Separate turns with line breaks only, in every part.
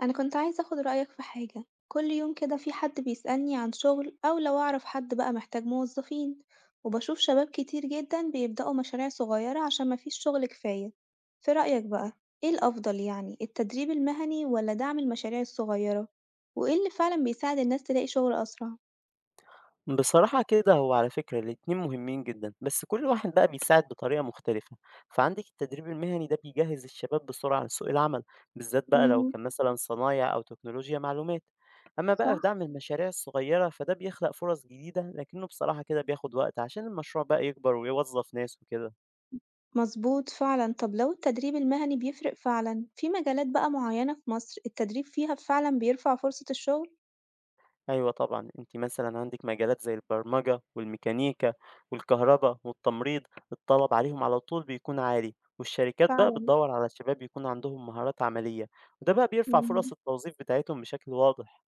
أنا كنت عايزة أخد رأيك في حاجة. كل يوم كده في حد بيسألني عن شغل أو لو أعرف حد بقى محتاج موظفين، وبشوف شباب كتير جدا بيبدأوا مشاريع صغيرة عشان مفيش شغل كفاية. في رأيك بقى، إيه الأفضل يعني، التدريب المهني ولا دعم المشاريع الصغيرة؟ وإيه اللي فعلا بيساعد الناس تلاقي شغل أسرع؟
بصراحة كده هو على فكرة الاتنين مهمين جدًا، بس كل واحد بقى بيساعد بطريقة مختلفة، فعندِك التدريب المهني ده بيجهّز الشباب بسرعة لسوق العمل، بالذات بقى لو
امم
كان مثلًا صنايع أو تكنولوجيا معلومات، أمّا بقى في
صح،
دعم المشاريع الصغيرة فده بيخلق فرص جديدة، لكنه بصراحة كده بياخد وقت عشان المشروع بقى يكبر ويوظّف ناس وكده.
مظبوط فعلا. طب لو التدريب المهني بيفرق فعلا، في مجالات بقى معينة في مصر التدريب فيها فعلا بيرفع فرصة الشغل؟
أيوه طبعًا، أنتِ مثلًا عندِك مجالات زي البرمجة والميكانيكا والكهربا والتمريض، الطلب عليهم على طول بيكون عالي، والشركات بقى
فعلا.
بتدوّر على شباب يكون عندهم مهارات عملية، وده بقى بيرفع فرص
مم.
التوظيف بتاعتهم بشكل واضح.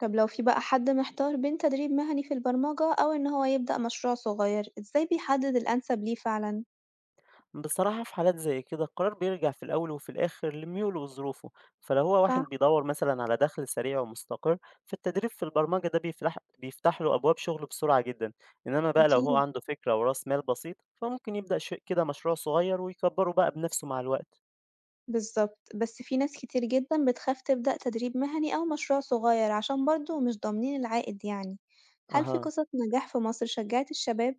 طب لو في بقى حد محتار بين تدريب مهني في البرمجة أو إن هو يبدأ مشروع صغير، إزاي بيحدد الأنسب ليه فعلًا؟
بصراحة في حالات زي كده القرار بيرجع في الأول وفي الآخر لميوله وظروفه، فلو هو واحد
صح،
بيدور مثلا على دخل سريع ومستقر فالتدريب في البرمجة ده بيفتح له أبواب شغل بسرعة جدا. إنما بقى لو هو
أكيد،
عنده فكرة ورأس مال بسيط فممكن يبدأ شيء كده مشروع صغير ويكبره بقى بنفسه مع الوقت.
بالظبط. بس في ناس كتير جدًا بتخاف تبدأ تدريب مهني أو مشروع صغير عشان برضه مش ضامنين العائد يعني، هل في
أها،
قصص نجاح في مصر شجعت الشباب؟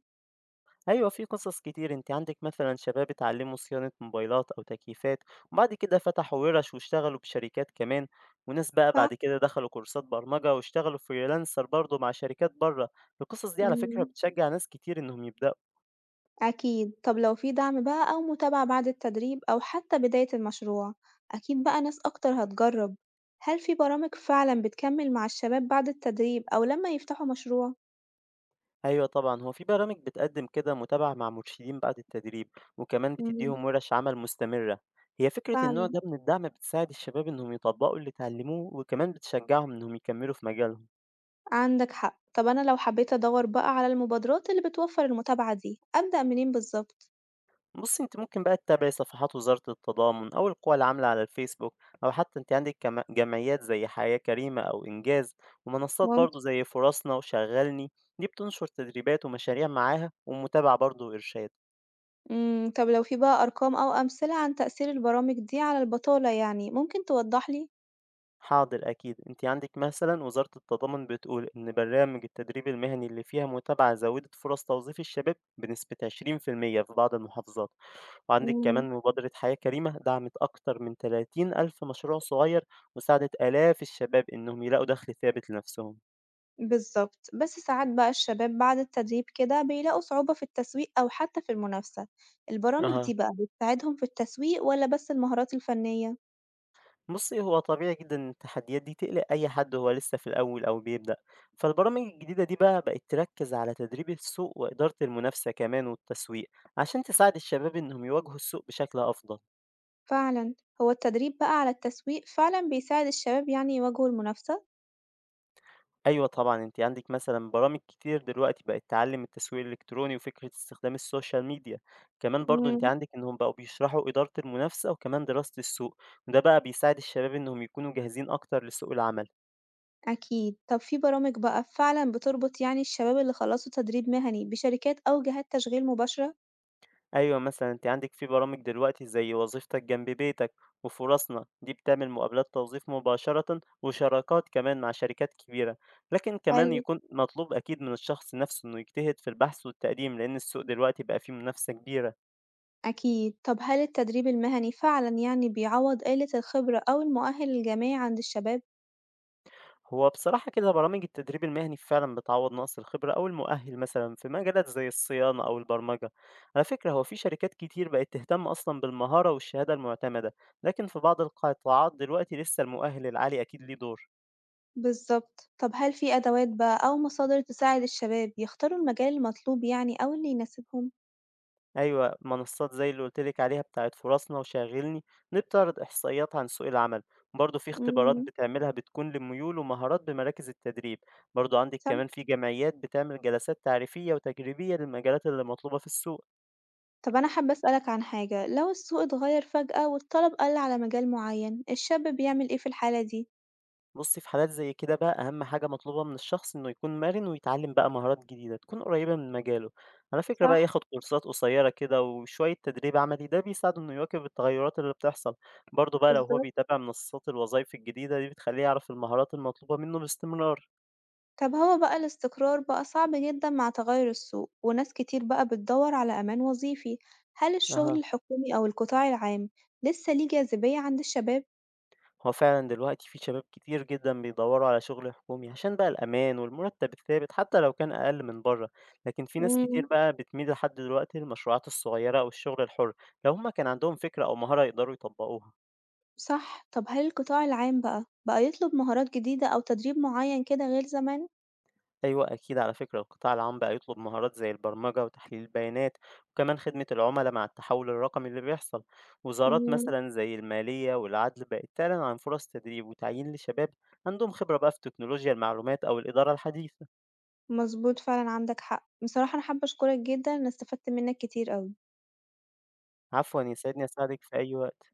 أيوة في قصص كتير، انت عندك مثلا شباب اتعلموا صيانة موبايلات أو تكييفات وبعد كده فتحوا ورش واشتغلوا بشركات كمان، وناس بقى
صح.
بعد كده دخلوا كورسات برمجة واشتغلوا فريلانسر برضه مع شركات بره. القصص دي على فكرة
إمم.
بتشجع ناس كتير إنهم يبدأوا.
أكيد. طب لو في دعم بقى أو متابعة بعد التدريب أو حتى بداية المشروع، أكيد بقى ناس أكتر هتجرب. هل في برامج فعلًا بتكمل مع الشباب بعد التدريب أو لما يفتحوا مشروع؟
أيوة طبعا، هو في برامج بتقدم كده متابعة مع مرشدين بعد التدريب وكمان
إمم.
بتديهم ورش عمل مستمرة. هي فكرة النوع
فعلًا،
ده من الدعم بتساعد الشباب إنهم يطبقوا اللي اتعلموه وكمان بتشجعهم إنهم يكملوا في مجالهم.
عندك حق. طب أنا لو حبيت أدوّر بقى على المبادرات اللي بتوفر المتابعة دي، أبدأ منين بالضبط؟
بُصّي، أنتِ ممكن بقى تتابعي صفحات وزارة التضامن أو القوى العاملة على الفيسبوك، أو حتى أنتِ عندِك كم جمعيات زي حياة كريمة أو إنجاز، ومنصات
ممكن.
برضه زي فرصنا وشغّلني، دي بتنشر تدريبات ومشاريع معاها ومتابعة برضه وإرشاد.
إمم. طب لو في بقى أرقام أو أمثلة عن تأثير البرامج دي على البطالة يعني، ممكن توضح لي؟
حاضر أكيد، أنتِ عندِك مثلًا وزارة التضامن بتقول إن برامج التدريب المهني اللي فيها متابعة زوّدت فرص توظيف الشباب بنسبة 20% في المية في بعض المحافظات. وعندِك
إمم.
كمان مبادرة حياة كريمة دعمت أكتر من 30,000 مشروع صغير، وساعدت آلاف الشباب إنهم يلاقوا دخل ثابت لنفسهم.
بالضبط. بس ساعات بقى الشباب بعد التدريب كده بيلاقوا صعوبة في التسويق أو حتى في المنافسة، البرامج
أها،
دي بقى بتساعدهم في التسويق والّا بس المهارات الفنية؟
بُصّي، هو طبيعي جدًا إن التحديات دي تقلق أي حد هو لسه في الأول أو بيبدأ، فالبرامج الجديدة دي بقى بقت تركز على تدريب السوق وإدارة المنافسة كمان والتسويق، عشان تساعد الشباب إنهم يواجهوا السوق بشكل أفضل.
فعلًا. هو التدريب بقى على التسويق فعلًا بيساعد الشباب يعني يواجهوا المنافسة؟
أيوه طبعًا، أنتِ عندِك مثلًا برامج كتير دلوقتي بقت تعلّم التسويق الإلكتروني وفكرة استخدام السوشيال ميديا، كمان برضه أنتِ
إمم.
عندِك إنهم بقوا بيشرحوا إدارة المنافسة وكمان دراسة السوق، وده بقى بيساعد الشباب إنهم يكونوا جاهزين أكتر لسوق العمل.
أكيد. طب في برامج بقى فعلًا بتربط يعني الشباب اللي خلصوا تدريب مهني بشركات أو جهات تشغيل مباشرة؟
أيوه مثلًا أنتِ عندِك في برامج دلوقتي زي وظيفتك جنب بيتك وفرصنا، دي بتعمل مقابلات توظيف مباشرةً وشراكات كمان مع شركات كبيرة، لكن كمان
حلو،
يكون مطلوب أكيد من الشخص نفسه إنه يجتهد في البحث والتقديم، لأن السوق دلوقتي بقى فيه منافسة كبيرة.
أكيد. طب هل التدريب المهني فعلًا يعني بيعوض قلة الخبرة أو المؤهل الجامعي عند الشباب؟
هو بصراحة كده برامج التدريب المهني فعلا بتعوض نقص الخبرة أو المؤهل مثلا في مجالات زي الصيانة أو البرمجة. على فكرة هو في شركات كتير بقت تهتم أصلا بالمهارة والشهادة المعتمدة، لكن في بعض القطاعات دلوقتي لسه المؤهل العالي أكيد ليه دور.
بالضبط. طب هل في أدوات بقى أو مصادر تساعد الشباب يختاروا المجال المطلوب يعني أو اللي يناسبهم؟
أيوة منصات زي اللي قلتلك عليها بتاعت فرصنا وشاغلني بتعرض إحصائيات عن سوق العمل، برضه في اختبارات
إمم.
بتعملها بتكون لميول ومهارات بمراكز التدريب، برضه عندك
صح.
كمان في جمعيات بتعمل جلسات تعريفية وتجريبية للمجالات اللي مطلوبة في السوق.
طب أنا حابة أسألك عن حاجة، لو السوق اتغير فجأة والطلب قل على مجال معين، الشاب بيعمل إيه في الحالة دي؟
بُصّي، في حالات زي كده بقى أهم حاجة مطلوبة من الشخص إنه يكون مرِن ويتعلّم بقى مهارات جديدة تكون قريّبة من مجاله. على فكرة بقى
صح،
ياخد كورسات قصيّرة كده وشوية تدريب عملي، ده بيساعده إنه يواكب التغيُّرات اللي بتحصل. برضه بقى لو هو
بالضبط.
بيتابع منصّات الوظايف الجديدة دي بتخلّيه يعرف المهارات المطلوبة منه باستمرار.
طب هو بقى الاستقرار بقى صعب جدًا مع تغير السوق، وناس كتير بقى بتدور على أمان وظيفي، هل الشغل
أها.
الحكومي أو القطاع العام لسه ليه جاذبية عند الشباب؟
هو فعلًا دلوقتي في شباب كتير جدًا بيدوّروا على شغل حكومي عشان بقى الأمان والمرتب الثابت حتى لو كان أقل من برّه، لكن في ناس كتير
إمم.
بقى بتميل لحد دلوقتي للمشروعات الصغيرة أو الشغل الحُر، لو هم كان عندهم فكرة أو مهارة يقدروا يطبّقوها.
صح. طب هل القطاع العام بقى، بقى يطلب مهارات جديدة أو تدريب معين كده غير زمان؟
أيوه أكيد، على فكرة القطاع العام بقى يطلب مهارات زي البرمجة وتحليل البيانات، وكمان خدمة العملا مع التحول الرقمي اللي بيحصل. وزارات
إمم،
مثلًا زي المالية والعدل بقت تعلن عن فرص تدريب وتعيين لشباب عندهم خبرة بقى في تكنولوجيا المعلومات أو الإدارة الحديثة.
مضبوط فعلًا، عندك حق. بصراحة أنا حابة أشكرك جدًا، أنا استفدت منك كتير أوي.
عفوًا، يسعدني أساعدِك في أي وقت.